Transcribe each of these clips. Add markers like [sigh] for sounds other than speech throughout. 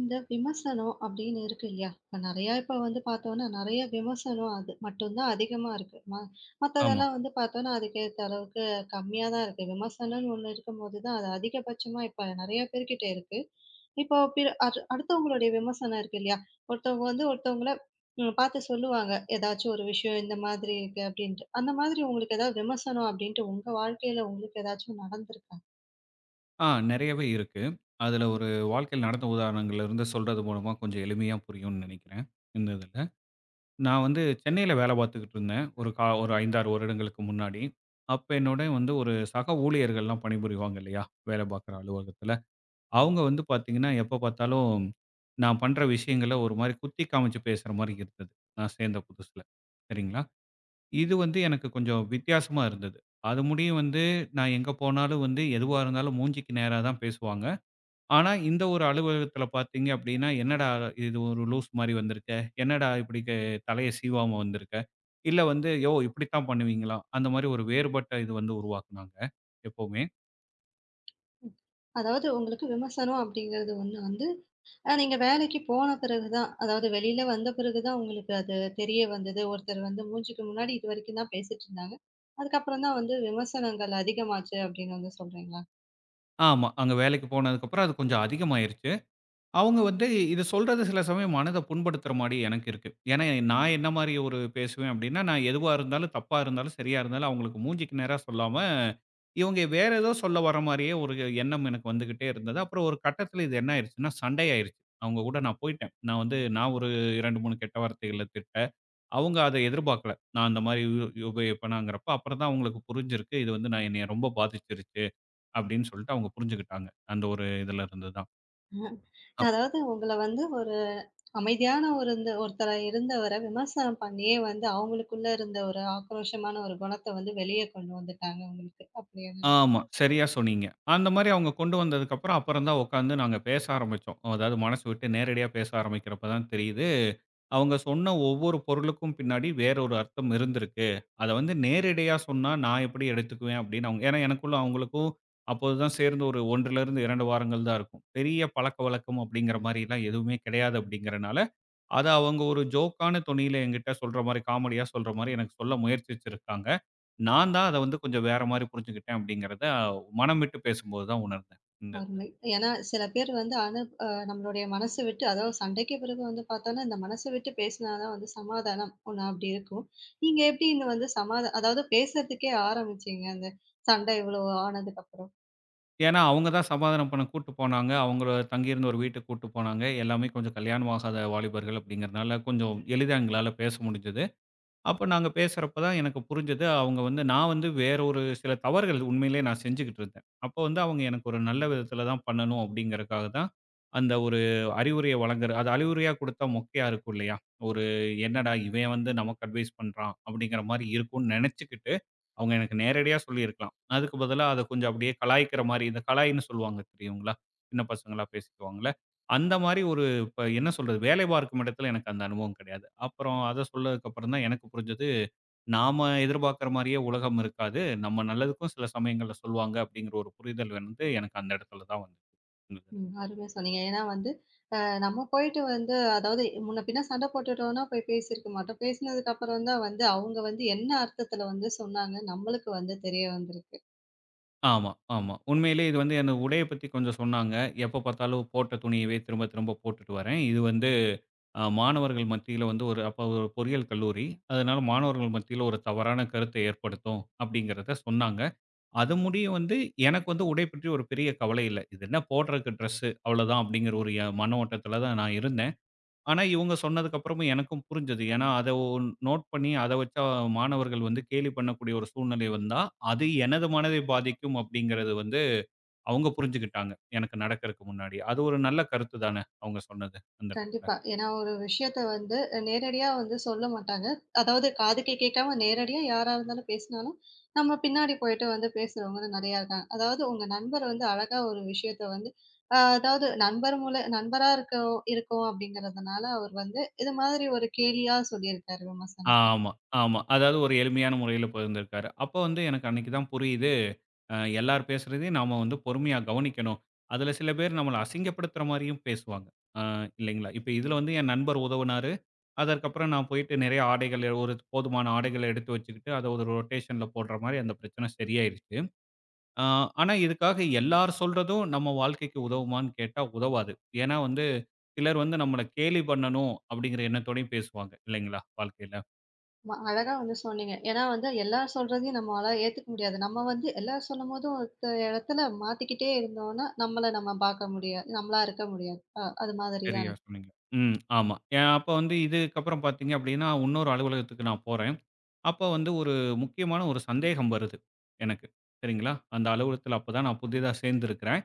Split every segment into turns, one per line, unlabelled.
இந்த விமர்சனம் அப்படின்னு இருக்கு இல்லையா? இப்ப நெறையா இப்ப வந்து பார்த்தோம்னா, நெறைய விமர்சனம் அது மட்டும் தான் அதிகமா இருக்கு.
ஆமா.
மத்ததெல்லாம் வந்து பார்த்தோம்னா, அதுக்கேத்த அளவுக்கு கம்மியா தான் இருக்கு. விமர்சனம்னு ஒண்ணு இருக்கும்போது தான், அது அதிகபட்சமா இப்ப நெறைய பேர்கிட்ட இருக்கு. இப்போ பிற அது அடுத்தவங்களுடைய விமர்சனம் இருக்கு இல்லையா? ஒருத்தவங்க வந்து ஒருத்தவங்கள பார்த்து சொல்லுவாங்க. ஏதாச்சும் ஒரு விஷயம் இந்த மாதிரி இருக்கு அப்படின்ட்டு. அந்த மாதிரி உங்களுக்கு ஏதாவது விமர்சனம் அப்படின்ட்டு உங்க வாழ்க்கையில உங்களுக்கு ஏதாச்சும் நடந்திருக்கா?
நெறையவே இருக்கு. அதுல ஒரு வாழ்க்கையில நடந்த உதாரணங்கள்ல இருந்து சொல்றது மூலமா கொஞ்சம் எளிமையா புரியும்னு நெனைக்கிறேன், இந்த இதுல. நான் வந்து சென்னையில வேல பார்த்துக்கிட்டு இருந்தேன். ஒரு 5, 6 வருடங்களுக்கு முன்னாடி. அப்ப என்னோட வந்து ஒரு சக ஊழியர்கள்லாம் பணிபுரிவாங்க இல்லையா? வேல பார்க்குற அலுவலகத்துல. அவங்க வந்து பார்த்தீங்கன்னா, எப்ப பார்த்தாலும் நான் பண்ற விஷயங்கள ஒரு மாரி குத்தி காமிச்சு பேசுற மாரி இருந்தது. நான் சேர்ந்த புதுசுல. சரிங்களா? இது வந்து எனக்கு கொஞ்சம் வித்தியாசமா இருந்தது. அது முடியும் வந்து நான் எங்க போனாலும் வந்து எதுவா இருந்தாலும் மூஞ்சிக்கு நேரா தான் பேசுவாங்க. ஆனா, இந்த ஒரு அலுவலகத்தில பார்த்தீங்க அப்படின்னா, "என்னடா இது ஒரு லூஸ் மாரி வந்திருக்க? என்னடா இப்படி தலைய சீவாம வந்திருக்க?" இல்ல வந்து, "யோவ்! இப்படித்தான் பண்ணுவீங்களா?" அந்த மாரி ஒரு வேறுபட்ட இது வந்து உருவாக்குனாங்க எப்பவுமே.
ம். அதாவது உங்களுக்கு விமர்சனம் அப்படிங்கிறது ஒண்ணு வந்து நீங்க வேலைக்கு போன பிறகு தான், அதாவது வெளியில வந்த பிறகு தான் உங்களுக்கு அது தெரிய வந்தது. ஒருத்தர் வந்து மூஞ்சுக்கு முன்னாடி இதுவரைக்கும் தான் பேசிட்டு இருந்தாங்க. அதுக்கப்புறம் தான் வந்து விமர்சனங்கள் அதிகமாச்சு அப்படின்னு வந்து சொல்றீங்களா?
ஆமா, அங்க வேலைக்கு போனதுக்கப்புறம் அது கொஞ்சம் அதிகமாயிருச்சு. அவங்க வந்து இத சொல்றது சில சமயம் மனத புண்படுத்துற மாரி எனக்கு இருக்கு. ஏன்னா, நான் என்ன மாரி ஒரு பேசுவேன் அப்டின்னா, நான் எதுவா இருந்தாலும், தப்பா இருந்தாலும், சரியா இருந்தாலும் அவங்களுக்கு மூஞ்சிக்கு நேரா சொல்லாம, இவங்க வேற ஏதோ சொல்ல வர மாரியே ஒரு எண்ணம் எனக்கு வந்துகிட்டே இருந்தது. அப்புறம் ஒரு கட்டத்தில இது என்ன ஆயிருச்சுன்னா, சண்டை ஆயிருச்சு. அவங்க கூட நான் போய்ட்டேன். நான் ஒரு 2, 3 கெட்ட வார்த்தைகள திட்ட, அவங்க அத எதிர்பார்க்கல. நான் அந்த மாரி உபயோகிப்பேனாங்கிறப்ப, அப்புறம் தான் அவங்களுக்கு புரிஞ்சிருக்கு. இது வந்து நான் என்னைய ரொம்ப பாதிச்சிருச்சு, அப்டின்னு சொல்லிட்டு அவங்க புரிஞ்சுகிட்டாங்க. அந்த ஒரு இதுல இருந்து தான்.
அஹ் அதாவது உங்கள வந்து ஒரு அமைதியான ஒரு இந்த ஒருத்தரா இருந்தவர விமர்சனம் பண்ணியே வந்து அவங்களுக்குள்ள இருந்த ஒரு ஆக்ரோஷமான ஒரு குணத்த வந்து வெளிய கொண்டு வந்துட்டாங்க உங்களுக்கு. அப்படியா?
ஆமா. சரியா சொன்னீங்க. அந்த மாரி அவங்க கொண்டு வந்ததுக்கப்புறம், அப்புறம் அப்புறம் தான் உட்காந்து நாங்க பேச ஆரம்பிச்சோம். அதாவது மனசு விட்டு நேரடியா பேச ஆரம்பிக்கிறப்ப தான் தெரியுது. அவங்க சொன்ன ஒவ்வொரு பொருளுக்கும் பின்னாடி வேற ஒரு அர்த்தம் இருந்திருக்கு. அத வந்து நேரடியா சொன்னா நான் எப்படி எடுத்துக்குவேன் அப்படின்னு அவங்க ஏன்னா எனக்குள்ள அவங்களுக்கும் அப்போதுதான் சேர்ந்து ஒரு 1லிருந்து 2 வாரங்கள் தான் இருக்கும். பெரிய பழக்கவழக்கம் அப்படிங்கிற மாரிலாம் எதுவுமே கிடையாது அப்படிங்கிறனால, அத அவங்க ஒரு ஜோக்கான தொனியில என்கிட்ட சொல்ற மாரி, காமெடியா சொல்ற மாரி எனக்கு சொல்ல முயற்சிச்சிருக்காங்க. நான் தான் அத வந்து கொஞ்சம் வேற மாரி புரிஞ்சுக்கிட்டேன் அப்படிங்கிறத மனம் விட்டு பேசும்போது தான் உணர்ந்தேன். இந்த இதுல.
அருமை. ஏன்னா சில பேர் வந்து அனு அ நம்மளுடைய மனச விட்டு அதாவது சண்டைக்கு பிறகு வந்து பார்த்தோம்னா, இந்த மனச விட்டு பேசினா தான் வந்து சமாதானம் ஒண்ணு அப்படி இருக்கும். நீங்க எப்படி இந்த வந்து அதாவது பேசுறதுக்கே ஆரம்பிச்சீங்க, அந்த சண்டை இவ்வளோ ஆனதுக்கப்புறம்?
ஏன்னா, அவங்க தான் சமாதானம் பண்ண கூட்டு போனாங்க. அவங்கள தங்கியிருந்த ஒரு வீட்டுக்கு கூட்டு போனாங்க. எல்லாமே கொஞ்சம் கல்யாணம் ஆகாத வாலிபர்கள் அப்படிங்கிறதுனால கொஞ்சம் எளிதா எங்களால பேச முடிஞ்சது. அப்ப நாங்க பேசுறப்ப தான் எனக்கு புரிஞ்சது, அவங்க வந்து நான் வந்து வேற ஒரு சில தவறுகள் உண்மையிலேயே நான் செஞ்சுகிட்டு இருந்தேன். அப்ப வந்து அவங்க எனக்கு ஒரு நல்ல விதத்துல தான் பண்ணணும் அப்படிங்கிறக்காக தான், அந்த ஒரு அறிவுரைய வழங்குற அது அறிவுரையா குடுத்தா மொக்கையா இருக்கும் இல்லையா? ஒரு என்னடா இவன் வந்து நமக்கு அட்வைஸ் பண்றான் அப்படிங்கிற மாரி இருக்கும்னு நெனச்சுக்கிட்டு, அவங்க எனக்கு நேரடியா சொல்லியிருக்கலாம். அதுக்கு பதிலா அத கொஞ்சம் அப்படியே கலாய்க்கிற மாரி, இந்த கலாய்ன்னு சொல்லுவாங்க தெரியுங்களா? சின்ன பசங்களா பேசிக்குவாங்கல்ல. அந்த மாரி ஒரு இப்ப என்ன சொல்றது, வேலை பார்க்கும் இடத்துல எனக்கு அந்த அனுபவம் கிடையாது. அப்புறம் அத சொன்னதுக்கப்புறம் தான் எனக்கு புரிஞ்சது, நாம எதிர்பார்க்கிற மாரியே உலகம் இருக்காது. நம்ம நல்லதுக்கும் சில சமயங்கள்ல சொல்லுவாங்க அப்படிங்கிற ஒரு புரிதல் வந்து எனக்கு அந்த இடத்துல தான் வந்துச்சு. இந்த இதுல.
ம். அருமையா சொன்னீங்க. ஏன்னா வந்து அ நம்ம போயிட்டு வந்து அதாவது முன்ன பின்ன சண்டை போட்டுட்டோம்னா போய் பேசியிருக்க மாட்டோம். பேசினதுக்கு அப்புறம் தான் வந்து அவங்க வந்து என்ன அர்த்தத்தில வந்து சொன்னாங்க, நம்மளுக்கு வந்து தெரிய வந்திருக்கு.
ஆமா, ஆமா. உண்மையிலேயே இது வந்து என்ன உடைய பத்தி கொஞ்சம் சொன்னாங்க. எப்ப பார்த்தாலும் போட்ட துணியவே திரும்ப திரும்ப போட்டுட்டு வரேன். இது வந்து மாணவர்கள் மத்தியில வந்து ஒரு அப்ப ஒரு பொறியியல் கல்லூரி. அதனால மாணவர்கள் மத்தியில ஒரு தவறான கருத்தை ஏற்படுத்தும் அப்படிங்கிறத சொன்னாங்க. அது முடியும் வந்து எனக்கு வந்து உடை பற்றி ஒரு பெரிய கவலை இல்ல. இது என்ன போடுறதுக்கு ட்ரெஸ்ஸு அவ்வளோதான் அப்படிங்கிற ஒரு மன ஓட்டத்தில தான் நான் இருந்தேன். ஆனா இவங்க சொன்னதுக்கு அப்புறமும் எனக்கும் புரிஞ்சது. ஏன்னா அத நோட் பண்ணி அத வச்சா மாணவர்கள் வந்து கேலி பண்ணக்கூடிய ஒரு சூழ்நிலை வந்தா, அது எனது மனதை பாதிக்கும் அப்படிங்கிறது வந்து அவங்க புரிஞ்சுக்கிட்டாங்க. எனக்கு நடக்கறக்கு முன்னாடி. அது ஒரு நல்ல கருத்து தானே அவங்க சொன்னது அந்த இடத்துல.
கண்டிப்பா. ஏன்னா ஒரு விஷயத்த வந்து நேரடியா வந்து சொல்ல மாட்டாங்க. அதாவது காதுக்கே கேட்காம நேரடியா யாரா இருந்தாலும் பேசினாலும், நம்ம பின்னாடி போயிட்டு வந்து பேசுறவங்களும் நெறையா இருக்காங்க. அதாவது உங்க நண்பர் வந்து அழகா ஒரு விஷயத்த வந்து அதாவது நண்பர் மூல நண்பரா இருக்கோம் அப்படிங்கிறதுனால அவர் வந்து இது மாதிரி ஒரு கேலியா சொல்லியிருக்காரு விமர்சனத்த.
ஆமா, ஆமா. அதாவது ஒரு எளிமையான முறையில பகிர்ந்திருக்காரு. அப்ப வந்து எனக்கு அன்னைக்கு தான் புரியுது எல்லார் பேசுறதையும் நாம வந்து பொறுமையா கவனிக்கணும். அதுல சில பேர் நம்மள அசிங்கப்படுத்துற மாரியும் பேசுவாங்க. இல்லைங்களா? இப்ப இதுல வந்து என் நண்பர் உதவுனாரு. அதற்கப்புறம் நான் போயிட்டு நிறைய ஆடைகள் ஒரு போதுமான ஆடைகள எடுத்து வச்சுக்கிட்டு, அத ஒரு ரொட்டேஷன்ல போடுற மாரி அந்த பிரச்சனை சரியாயிருச்சு. அ ஆனா இதுக்காக எல்லார் சொல்றதும் நம்ம வாழ்க்கைக்கு உதவுமான்னு கேட்டா உதவாது. ஏன்னா வந்து சிலர் வந்து நம்மள கேலி பண்ணணும் அப்படிங்கிற எண்ணத்தோடயும் பேசுவாங்க இல்லைங்களா வாழ்க்கையில?
அழகா வந்து சொன்னீங்க. ஏன்னா வந்து எல்லார் சொல்றதையும் நம்மால ஏத்துக்க முடியாது. நம்ம வந்து எல்லார் சொல்லும்போதும் ஒருத்த இடத்துல மாத்திக்கிட்டே இருந்தோம்னா, நம்மள நம்ம பார்க்க முடியாது. நம்மளா இருக்க முடியாது. அது மாதிரி
சரியா
தானே?
சொன்னீங்க. ம். ஆமா. அப்ப வந்து இதுக்கப்புறம் பார்த்தீங்க அப்டின்னா, இன்னொரு அலுவலகத்துக்கு நான் போறேன். அப்ப வந்து ஒரு முக்கியமான ஒரு சந்தேகம் வருது எனக்கு. சரிங்களா? அந்த அலுவலகத்துல அப்ப தான் நான் புதிதா சேர்ந்திருக்கிறேன்.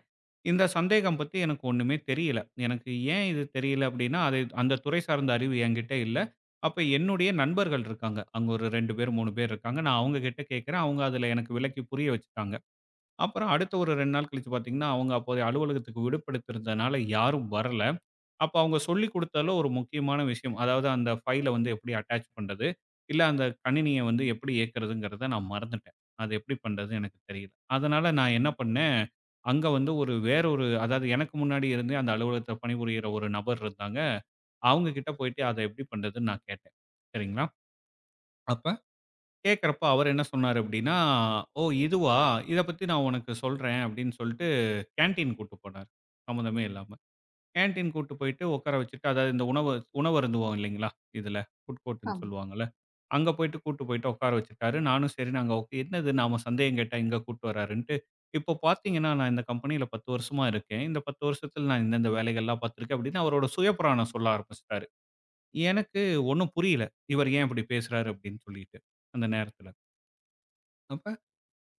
இந்த சந்தேகம் பத்தி எனக்கு ஒண்ணுமே தெரியல. எனக்கு ஏன் இது தெரியல அப்டின்னா, அது அந்த துறை சார்ந்த அறிவு என்கிட்ட இல்ல. அப்ப என்னுடைய நண்பர்கள் இருக்காங்க. அங்க ஒரு 2 பேர், 3 பேர் இருக்காங்க. நான் அவங்க கிட்ட கேட்கிறேன். அவங்க அதுல எனக்கு விளக்கி புரிய வச்சுட்டாங்க. அப்புறம் அடுத்த ஒரு 2 நாள் கழிச்சு பார்த்தீங்கன்னா, அவங்க அப்போதைய அலுவலகத்துக்கு விடுபடுத்திருந்தனால யாரும் வரல. அப்ப அவங்க சொல்லிக் குடுத்ததுல ஒரு முக்கியமான விஷயம். அதாவது அந்த ஃபைல வந்து எப்படி அட்டாச் பண்றது? இல்ல அந்த கணினிய வந்து எப்படி இயக்குறதுங்கிறத நான் மறந்துட்டேன். அது எப்படி பண்றதுன்னு எனக்கு தெரியல. அதனால நான் என்ன பண்ணேன், அங்க வந்து ஒரு வேற ஒரு அதாவது எனக்கு முன்னாடி இருந்தே அந்த அலுவலகத்துல பணிபுரியிற ஒரு நபர் இருந்தாங்க. அவங்க கிட்ட போயிட்டு அத எப்படி பண்றதுன்னு நான் கேட்டேன். சரிங்களா? அப்ப கேட்கிறப்ப அவர் என்ன சொன்னாரு அப்படின்னா, "ஓ! இதுவா? இத பத்தி நான் உனக்கு சொல்றேன்" அப்படின்னு சொல்லிட்டு கேன்டீன் கூட்டு போனாரு. சம்மந்தமே இல்லாம. கேன்டீன் கூட்டு போயிட்டு உட்கார வச்சுட்டு, அதாவது இந்த உணவு உணவு அருந்துவோம் இல்லைங்களா? இதுல ஃபுட் கோர்ட்ன்னு
ஆமா.
சொல்லுவாங்கல்ல. அங்க போயிட்டு கூட்டு போயிட்டு உட்கார வச்சுட்டாரு. நானும் சரி நாங்க ஓகே என்னது நாம சந்தேகம் கேட்டா இங்க கூட்டு வராருன்ட்டு. இப்போ பார்த்தீங்கன்னா, நான் இந்த கம்பெனியில 10 வருஷமா இருக்கேன். இந்த 10 வருஷத்துல நான் இந்தந்த வேலைகள்லாம் பார்த்துருக்கேன் அப்படின்னு அவரோட சுயபுராணம் சொல்ல ஆரம்பிச்சுட்டாரு. எனக்கு ஒண்ணும் புரியல. இவர் ஏன் இப்படி பேசுறாரு அப்படின்னு சொல்லிட்டு, அந்த நேரத்துல. அப்ப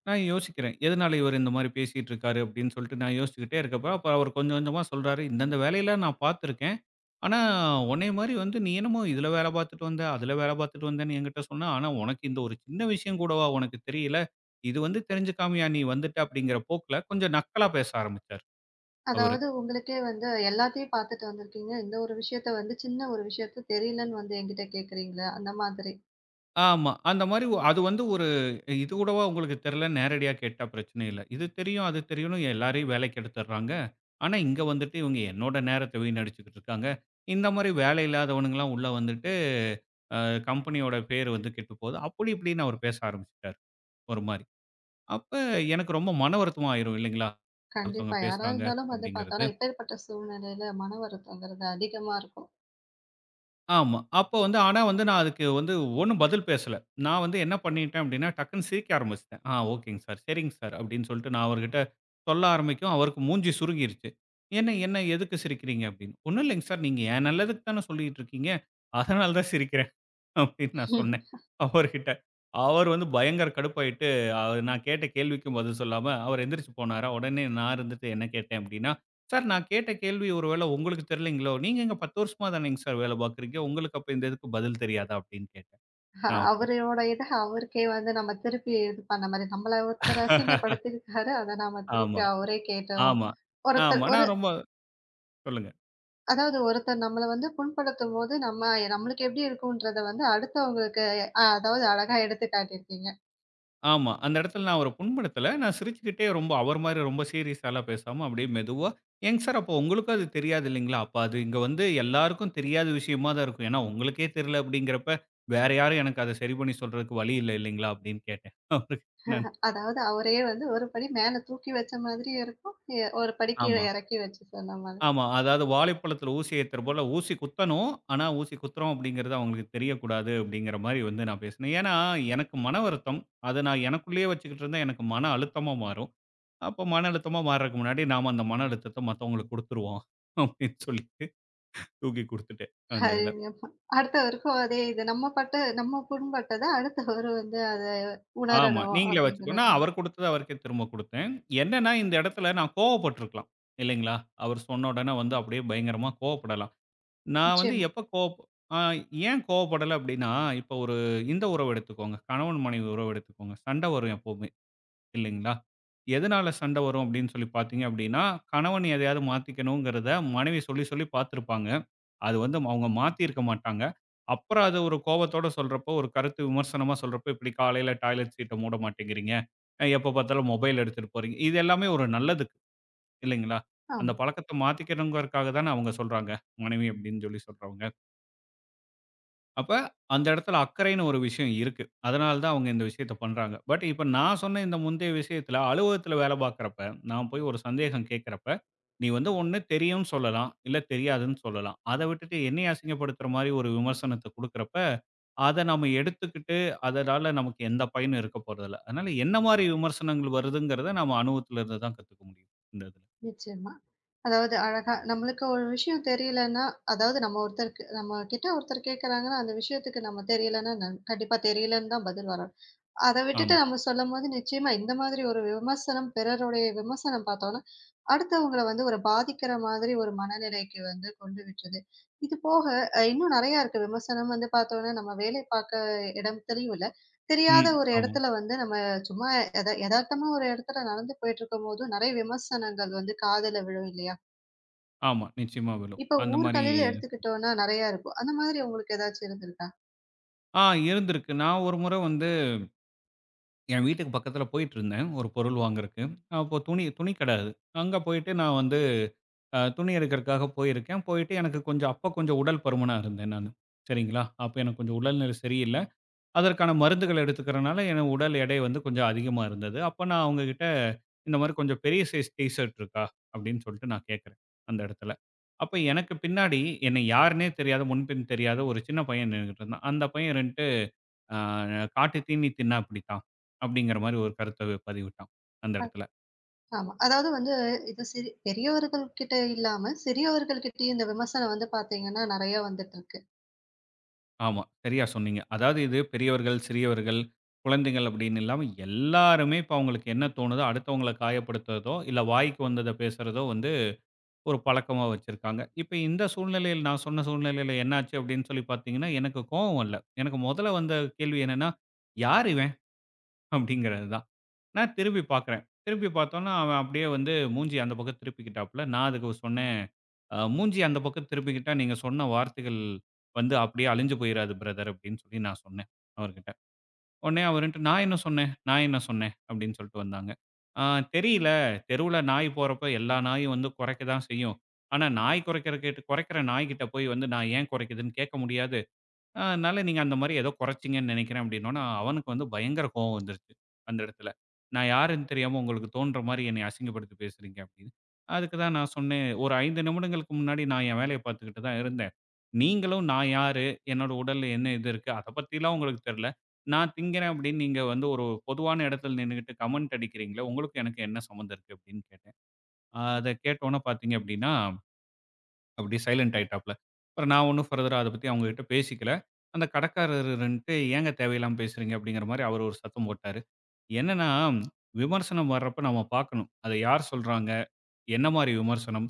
நான் யோசிக்கிறேன். எதனால இவர் இந்த மாரி பேசிட்டு இருக்காரு அப்படின்னு சொல்லிட்டு நான் யோசிச்சுக்கிட்டே இருக்கப்ப, அப்ப அவர் கொஞ்சம் கொஞ்சமா சொல்றாரு, "இந்தந்த வேலையெல்லாம் நான் பார்த்துருக்கேன். ஆனா, உன்னைய மாரி வந்து நீ என்னமோ இதுல வேல பார்த்துட்டு வந்த, அதுல வேல பார்த்துட்டு வந்தேன்னு என்கிட்ட சொன்ன. ஆனா, உனக்கு இந்த ஒரு சின்ன விஷயம் கூடவா உனக்கு தெரியல? இது வந்து தெரிஞ்சுக்காமயா நீ வந்துட்ட? அப்படிங்கிற போக்குல கொஞ்சம் நக்கலா பேச ஆரம்பிச்சாரு அவரு.
அதாவது உங்களுக்கே வந்து எல்லாத்தையும் பார்த்துட்டு வந்திருக்கீங்க. இந்த ஒரு விஷயத்த வந்து சின்ன ஒரு விஷயத்த தெரியலன்னு வந்து என்கிட்ட கேட்குறீங்களே, அந்த மாதிரி.
ஆமா. அந்த மாரி அது வந்து ஒரு இது கூடவா உங்களுக்கு தெரியலன்னு நேரடியா கேட்டா பிரச்சனை இல்ல. இது தெரியும், அது தெரியும்னு எல்லாரையும் வேலைக்கு எடுத்துடுறாங்க. ஆனா, இங்க வந்துட்டு இவங்க என்னோட நேரத்த வீணடிச்சுக்கிட்டு இருக்காங்க. இந்த மாரி வேலை இல்லாதவனுங்கலாம் உள்ள வந்துட்டு, அ கம்பெனியோட பேர் வந்து கெட்டுப்போகுது. அப்படி இப்படின்னு அவர் பேச ஆரம்பிச்சுட்டாரு. ஒரு மாரி. அப்ப எனக்கு ரொம்ப மன வருத்தமா ஆயிரும் இல்லைங்களா? ஒருத்தவங்க
கண்டிப்பா. யாரா
பேசுறாங்க
இருந்தாலும் வந்து
அப்படிங்கிறது.
பார்த்தோம்னா, இப்பேர்ப்பட்ட சூழ்நிலையில மன வருத்தம்ங்கிறது அதிகமா இருக்கும்.
ஆமா. அப்போ வந்து ஆனா வந்து நான் அதுக்கு வந்து ஒண்ணும் பதில் பேசல. நான் வந்து என்ன பண்ணிட்டேன் அப்படின்னா, டக்குன்னு சிரிக்க ஆரம்பிச்சுட்டேன். "ஆ ஓகேங்க சார். சரிங்க சார்" அப்படின்னு சொல்லிட்டு நான் அவர்கிட்ட சொல்ல ஆரம்பிக்கவும், அவருக்கு மூஞ்சி சுருங்கிருச்சு. "என்ன என்ன எதுக்கு சிரிக்கிறீங்க?" அப்படின்னு. "ஒண்ணும் இல்லைங்க சார். நீங்க என் நல்லதுக்கு தானே சொல்லிட்டு இருக்கீங்க. அதனால தான் சிரிக்கிறேன்." அப்படின்னு நான் சொன்னேன் அவர்கிட்ட. அவர் வந்து பயங்கர கடுப்பாயிட்டு, அவர் நான் கேட்ட கேள்விக்கும் பதில் சொல்லாம, அவர் எந்திரிச்சு போனாரா, உடனே நான் இருந்துட்டு என்ன கேட்டேன் அப்படின்னா, "சார் நான் கேட்ட கேள்வி ஒரு வேளை உங்களுக்கு தெரியலைங்களோ? நீங்க இங்க 10 வருஷமா தானேங்க சார் வேலை பார்க்குறீங்க. உங்களுக்கு அப்ப இந்த இதுக்கு பதில் தெரியாதா?" அப்படின்னு கேட்டேன் நான் அவர்ட்ட.
அவரோட இத அவருக்கே வந்து நம்ம திருப்பி இது பண்ண மாரி, நம்மள ஒருத்தர் அசிங்கப்படுத்தியிருக்காரு. அத நாம
ஆமா,
திருப்பி அவரே கேட்டோம்.
ஆமா,
ஒருத்தர்
ஆமா.
ஒரு
நான் ரொம்ப சொல்லுங்க.
அதாவது ஒருத்தர் நம்மள வந்து புண்படுத்தும்போது, நம்மளுக்கு எப்படி இருக்குன்றத வந்து அடுத்தவங்களுக்கு அதாவது அழகா எடுத்து காட்டியிருக்கீங்க.
ஆமா. அந்த இடத்துல நான் அவர புண்படுத்தல. நான் சிரிச்சுக்கிட்டே ரொம்ப அவர் மாரி ரொம்ப சீரியஸாலாம் பேசாம அப்படியே மெதுவா, "ஏங்க சார் அப்போ உங்களுக்கும் அது தெரியாது இல்லைங்களா? அப்ப அது இங்க வந்து எல்லாருக்கும் தெரியாத விஷயமா தான் இருக்கும். ஏன்னா உங்களுக்கே தெரியல அப்படிங்கிறப்ப, வேற யாரும் எனக்கு அத சரி பண்ணி சொல்றதுக்கு வழி இல்ல இல்லைங்களா?" அப்படின்னு கேட்டேன். [laughs] அவருக்கு நான்.
அதாவது அவரையே வந்து ஒரு படி மேல தூக்கி வச்ச மாதிரியும் இருக்கும். ஒரு படி கீழ
ஆமா,
எறக்கி வச்சு சொன்ன மாதிரி.
ஆமா. அதாவது "வாழைப்பழத்தில ஊசி ஏத்துற போல ஊசி குத்தணும். ஆனா ஊசி குத்துறோம் அப்படிங்கிறது அவங்களுக்கு தெரியக்கூடாது." அப்படிங்கிற மாரி வந்து நான் பேசினேன். ஏன்னா எனக்கு மன வருத்தம். அத நான் எனக்குள்ளேயே வச்சுக்கிட்டு இருந்தா எனக்கு மன அழுத்தமா மாறும். அப்ப மன அழுத்தமா மாறுறதுக்கு முன்னாடி நாம அந்த மன அழுத்தத்த மத்தவங்களுக்கு குடுத்துருவோம். அப்படின்னு சொல்லிட்டு தூக்கி குடுத்துட்டேன் அந்த இதுல.
அருமையாப்பா. அடுத்தவருக்கும் அதே இது. நம்ம புண்பட்டத அடுத்தவரு வந்து அத
ஆமா.
உணரணும்
நீங்களே
அப்படிங்கிற
வச்சுக்கோங்க.
ஒரு
நான்
மாரி.
அவர் குடுத்தத அவருக்கே திரும்ப குடுத்தேன். என்னன்னா இந்த இடத்துல நான் கோவப்பட்டுருக்கலாம். இல்லைங்களா? அவர் சொன்ன உடனே வந்து அப்படியே பயங்கரமா கோவப்படலாம். நான் வந்து
நிச்சயமா.
எப்ப கோவப் அ ஏன் கோவப்படல அப்படின்னா, இப்ப ஒரு இந்த உறவு எடுத்துக்கோங்க. கணவன் மனைவி உறவு எடுத்துக்கோங்க. சண்ட வரும் எப்பவுமே இல்லைங்களா? எதனால சண்ட வரும் அப்படின்னு சொல்லி பார்த்தீங்க அப்படின்னா, கணவன் எதையாவது மாத்திக்கணுங்கிறத மனைவி சொல்லி சொல்லி பார்த்துருப்பாங்க. அது வந்து அவங்க மாத்தியிருக்க மாட்டாங்க. அப்புறம் அது ஒரு கோவத்தோட சொல்றப்போ, ஒரு கருத்து விமர்சனமா சொல்றப்போ, இப்படி காலையில டாய்லெட் சீட்ட மூட மாட்டேங்கிறீங்க. எப்போ பார்த்தாலும் மொபைல் எடுத்துட்டு போறீங்க. இது எல்லாமே ஒரு நல்லதுக்கு இல்லைங்களா? அந்த
ஆமா.
பழக்கத்த மாத்திக்கணுங்கிறதுக்காக தானே அவங்க சொல்றாங்க. மனைவி அப்படின்னு சொல்லி சொல்றவங்க. அப்ப அந்த இடத்துல அக்கறைன்னு ஒரு விஷயம் இருக்கு. அதனால தான் அவங்க இந்த விஷயத்த பண்றாங்க. பட் இப்ப நான் சொன்ன இந்த முந்தைய விஷயத்துல அலுவலகத்துல வேலை பார்க்கிறப்ப, நான் போய் ஒரு சந்தேகம் கேட்கிறப்ப, நீ வந்து ஒண்ணு தெரியும்னு சொல்லலாம், இல்ல தெரியாதுன்னு சொல்லலாம். அத விட்டுட்டு என்னைய அசிங்கப்படுத்துற மாரி ஒரு விமர்சனத்த குடுக்கிறப்ப, அத நாம எடுத்துக்கிட்டு அதனால நமக்கு எந்த பயனும் இருக்க போறதில்ல. அதனால என்ன மாரி விமர்சனங்கள் வருதுங்கிறத நாம அனுபவத்துல இருந்து தான் கத்துக்க முடியும். இந்த இதுல.
நிச்சயமா. அதாவது அழகா நம்மளுக்கு ஒரு விஷயம் தெரியலன்னா, அதாவது நம்ம ஒருத்தருக்கு நம்ம கிட்ட ஒருத்தர் கேட்கறாங்கன்னா, அந்த விஷயத்துக்கு நம்ம தெரியலன்னா, கண்டிப்பா தெரியலன்னு தான் பதில் வரணும். அத விட்டுட்டு
ஆமா.
நம்ம சொல்லும்போது, நிச்சயமா இந்த மாதிரி ஒரு விமர்சனம், பிறருடைய விமர்சனம் பார்த்தோம்னா, அடுத்தவங்கள வந்து ஒரு பாதிக்கிற மாதிரி ஒரு மனநிலைக்கு வந்து கொண்டு விட்டுருது. இது போக இன்னும் நெறையா இருக்கு. விமர்சனம் வந்து பார்த்தோம்னா, நம்ம வேலை பார்க்க இடத்துலயும் இல்ல. தெரியாத
ம்.
ஒரு
ஆமா.
இடத்துல வந்து நம்ம சும்மா எதார்த்தமா ஒரு இடத்துல நடந்து போயிட்டுருக்கும்போதும், நெறைய விமர்சனங்கள் வந்து காதுல விழும் இல்லையா?
ஆமா. நிச்சயமா விழும்.
இப்ப
அந்த மாரி
ஊர்களில் எடுத்துக்கிட்டோம்னா நெறையா இருக்கும். அந்த மாதிரி உங்களுக்கு ஏதாச்சும் இருந்திருக்கா?
ஆ இருந்திருக்கு. நான் ஒரு முறை வந்து என் வீட்டுக்கு பக்கத்துல போயிட்டுருந்தேன், ஒரு பொருள் வாங்குறக்கு. அப்போ துணி துணி கடை அது. அங்க போயிட்டு நான் வந்து துணி எடுக்கறக்காக போயிருக்கேன். போயிட்டு எனக்கு கொஞ்சம் அப்ப கொஞ்சம் உடல் பருமனா இருந்தேன் நானு. சரிங்களா? அப்ப எனக்கு கொஞ்சம் உடல்நிலை சரியில்ல. அதற்கான மருந்துகள் எடுத்துக்கிறனால என் உடல் எடை வந்து கொஞ்சம் அதிகமா இருந்தது. அப்ப நான் அவங்ககிட்ட இந்த மாரி "கொஞ்சம் பெரிய சைஸ் டீ ஷர்ட் இருக்கா?" அப்படின்னு சொல்லிட்டு நான் கேட்கிறேன், அந்த இடத்துல. அப்ப எனக்கு பின்னாடி என்னை யாருன்னே தெரியாத, முன்பின் தெரியாத ஒரு சின்ன பையன் நின்னுகிட்டு இருந்தான். அந்த பையன் 2 அ "காட்டு தீனி தின்னா அப்படித்தான்" அப்படிங்கிற மாரி ஒரு கருத்த பதிவிட்டான் அந்த இடத்துல.
ஆமா. அதாவது வந்து இது பெரியவர்கள் கிட்ட இல்லாம, சிறியவர்கள் கிட்டயும் இந்த விமர்சனம் வந்து பார்த்தீங்கன்னா, நெறைய வந்துட்டுருக்கு.
ஆமா, சரியா சொன்னீங்க. அதாவது இது பெரியவர்கள், சிறியவர்கள், குழந்தைகள் அப்படின்னு இல்லாம எல்லாருமே இப்ப அவங்களுக்கு என்ன தோணுதோ, அடுத்தவங்கள காயப்படுத்துறதோ, இல்ல வாய்க்கு வந்தத பேசுறதோ வந்து ஒரு பழக்கமா வச்சிருக்காங்க. இப்ப இந்த சூழ்நிலையில் நான் சொன்ன சூழ்நிலையில என்னாச்சு அப்படின்னு சொல்லி பார்த்தீங்கன்னா, எனக்கு கோவம் வரல. எனக்கு முதல்ல வந்த கேள்வி என்னன்னா, "யார் இவன்?" அப்படிங்கிறது தான். நான் திருப்பி பார்க்குறேன். திருப்பி பார்த்தோம்னா, அவன் அப்படியே வந்து மூஞ்சிய அந்த பக்கம் திருப்பிக்கிட்டாப்புல. நான் அதுக்கு சொன்னேன், " மூஞ்சி அந்த பக்கம் திருப்பிக்கிட்டா, நீங்க சொன்ன வார்த்தைகள் வந்து அப்படியே அழிஞ்சு போயிறாது பிரதர்" அப்படின்னு சொல்லி நான் சொன்னேன் அவர்கிட்ட. உடனே அவருன்ட்டு, "நான் என்ன சொன்னேன்? நான் என்ன சொன்னேன்?" அப்படின்னு சொல்லிட்டு வந்தாங்க. "ஆ தெரியல. தெருவுல நாய் போறப்ப எல்லா நாயும் வந்து கொரைக்க தான் செய்யும். ஆனா நாய் கொரைக்கிற கேட்டு கொரைக்கிற நாய்கிட்ட போய் வந்து நான் ஏன் கொரைக்குதுன்னு கேட்க முடியாது." அதனால நீங்க அந்த மாரி ஏதோ குறைச்சீங்கன்னு நினைக்கிறேன் அப்படின்னோன, அவனுக்கு வந்து பயங்கர கோவம் வந்துருச்சு. அந்த இடத்துல. நான் யாருன்னு தெரியாம உங்களுக்கு தோன்ற மாரி என்னை அசிங்கப்படுத்தி பேசுறீங்க அப்படின்னு. அதுக்கு தான் நான் சொன்னேன், ஒரு 5 நிமிடங்களுக்கு முன்னாடி நான் என் வேலைய பார்த்துக்கிட்டு தான் இருந்தேன். நீங்களும் நான் யாரு? என்னோட உடல்ல என்ன இது இருக்கு? அத பத்திலாம் உங்களுக்கு தெரியல. நான் திங்கிறேன் அப்படின்னு நீங்க வந்து ஒரு பொதுவான இடத்துல நின்னுகிட்டு கமெண்ட் அடிக்கிறீங்களே, உங்களுக்கும் எனக்கும் என்ன சம்மந்தம் இருக்கு அப்படின்னு கேட்டேன். அத கேட்டோன பார்த்தீங்க அப்படின்னா அப்படியே சைலண்ட் ஆயிட்டாப்ல. அப்புறம் நான் ஒண்ணும் ஃபர்தரா அத பத்தி அவங்ககிட்ட பேசிக்கல. அந்த கடைக்காரருன்ட்டு "ஏங்க தேவையில்லாம பேசுறீங்க?" அப்படிங்கிற மாரி அவரு ஒரு சத்தம் போட்டாரு. என்னன்னா, விமர்சனம் வர்றப்ப நம்ம பார்க்கணும். அத யார் சொல்றாங்க? என்ன மாரி விமர்சனம்?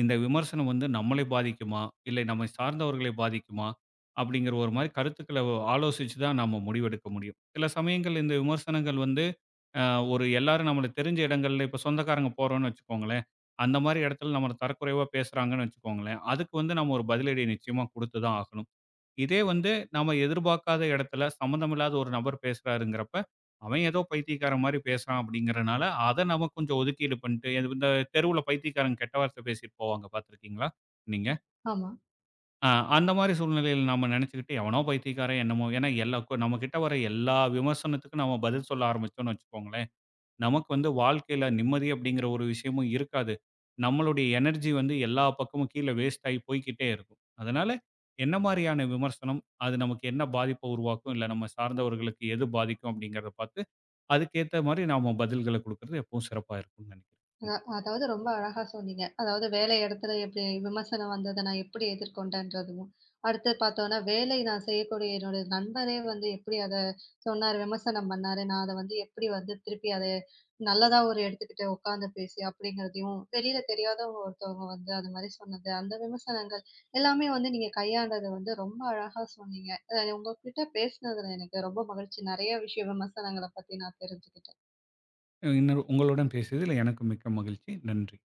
இந்த விமர்சனம் வந்து நம்மளை பாதிக்குமா? இல்லை நம்மை சார்ந்தவர்களை பாதிக்குமா? அப்படிங்கிற ஒரு மாரி கருத்துக்கள ஆலோசிச்சு தான் நம்ம முடிவெடுக்க முடியும். சில சமயங்கள் இந்த விமர்சனங்கள் வந்து அ ஒரு எல்லாரும் நம்மளுக்கு தெரிஞ்ச இடங்கள்ல இப்ப சொந்தக்காரங்க போறோம்ன்னு வச்சுக்கோங்களேன். அந்த மாரி இடத்துல நம்மள தரக்குறைவா பேசுறாங்கன்னு வச்சுக்கோங்களேன். அதுக்கு வந்து நம்ம ஒரு பதிலடி நிச்சயமா குடுத்து தான் ஆகணும். இதே வந்து நம்ம எதிர்பார்க்காத இடத்துல சம்மந்தமில்லாத ஒரு நபர் பேசுறாருங்கிறப்ப, அவன் ஏதோ பைத்தியக்காரன் மாரி பேசுறான் அப்படிங்கிறனால, அத நம்ம கொஞ்சம் ஒதுக்கீடு பண்ணிட்டு எது இந்த தெருவுல பைத்தியக்காரங்க கெட்ட வார்த்தை பேசிட்டு போவாங்க பார்த்துருக்கீங்களா? நீங்க?
ஆமா.
அ அந்த மாரி சூழ்நிலையில நம்ம நினைச்சுக்கிட்டு எவனோ பைத்தியக்காரன் என்னமோ ஏன்னா எல்லா நம்ம கிட்ட வர எல்லா விமர்சனத்துக்கும் நம்ம பதில் சொல்ல ஆரம்பிச்சோம்ன்னு வச்சுக்கோங்களேன். நமக்கு வந்து வாழ்க்கையில நிம்மதி அப்படிங்கிற ஒரு விஷயமும் இருக்காது. நம்மளுடைய எனர்ஜி வந்து எல்லா பக்கமும் கீழ வேஸ்ட் ஆகி போய்க்கிட்டே இருக்கும். அதனால என்ன மாரியான விமர்சனம், அது நமக்கு என்ன பாதிப்ப உருவாக்கும், இல்ல நம்ம சார்ந்தவர்களுக்கு எது பாதிக்கும் அப்படிங்கிறத பார்த்து, அதுக்கேத்த மாரி நாம பதில்கள குடுக்கறது எப்பவும் சிறப்பா இருக்கும்னு நெனைக்கிறேன்.
அதாவது ரொம்ப அழகா சொன்னீங்க. அதாவது வேலை இடத்துல எப்படி விமர்சனம் வந்தத நான் எப்படி எதிர்கொண்டேன்றதும், அடுத்து பார்த்தோம்னா வேலை நான் செய்யக்கூடிய என்னோட நண்பரே வந்து எப்படி அத சொன்னாரு, விமர்சனம் பண்ணாரு. நான் அத வந்து எப்படி வந்து திருப்பி அத நல்லதா ஒரு எடுத்துக்கிட்டு உட்கார்ந்து பேசி அப்படிங்கிறதையும், வெளியில தெரியாதவங்க ஒருத்தவங்க வந்து அது மாரி சொன்னது, அந்த விமர்சனங்கள் எல்லாமே வந்து நீங்க கையாண்டது வந்து ரொம்ப அழகா சொன்னீங்க. உங்ககிட்ட பேசினதுல எனக்கு ரொம்ப மகிழ்ச்சி. நெறைய விஷயம் விமர்சனங்கள பத்தி நான் தெரிஞ்சுக்கிட்டேன்.
இன்னொரு உங்களுடன் பேசியதில் எனக்கு மிக்க மகிழ்ச்சி. நன்றி.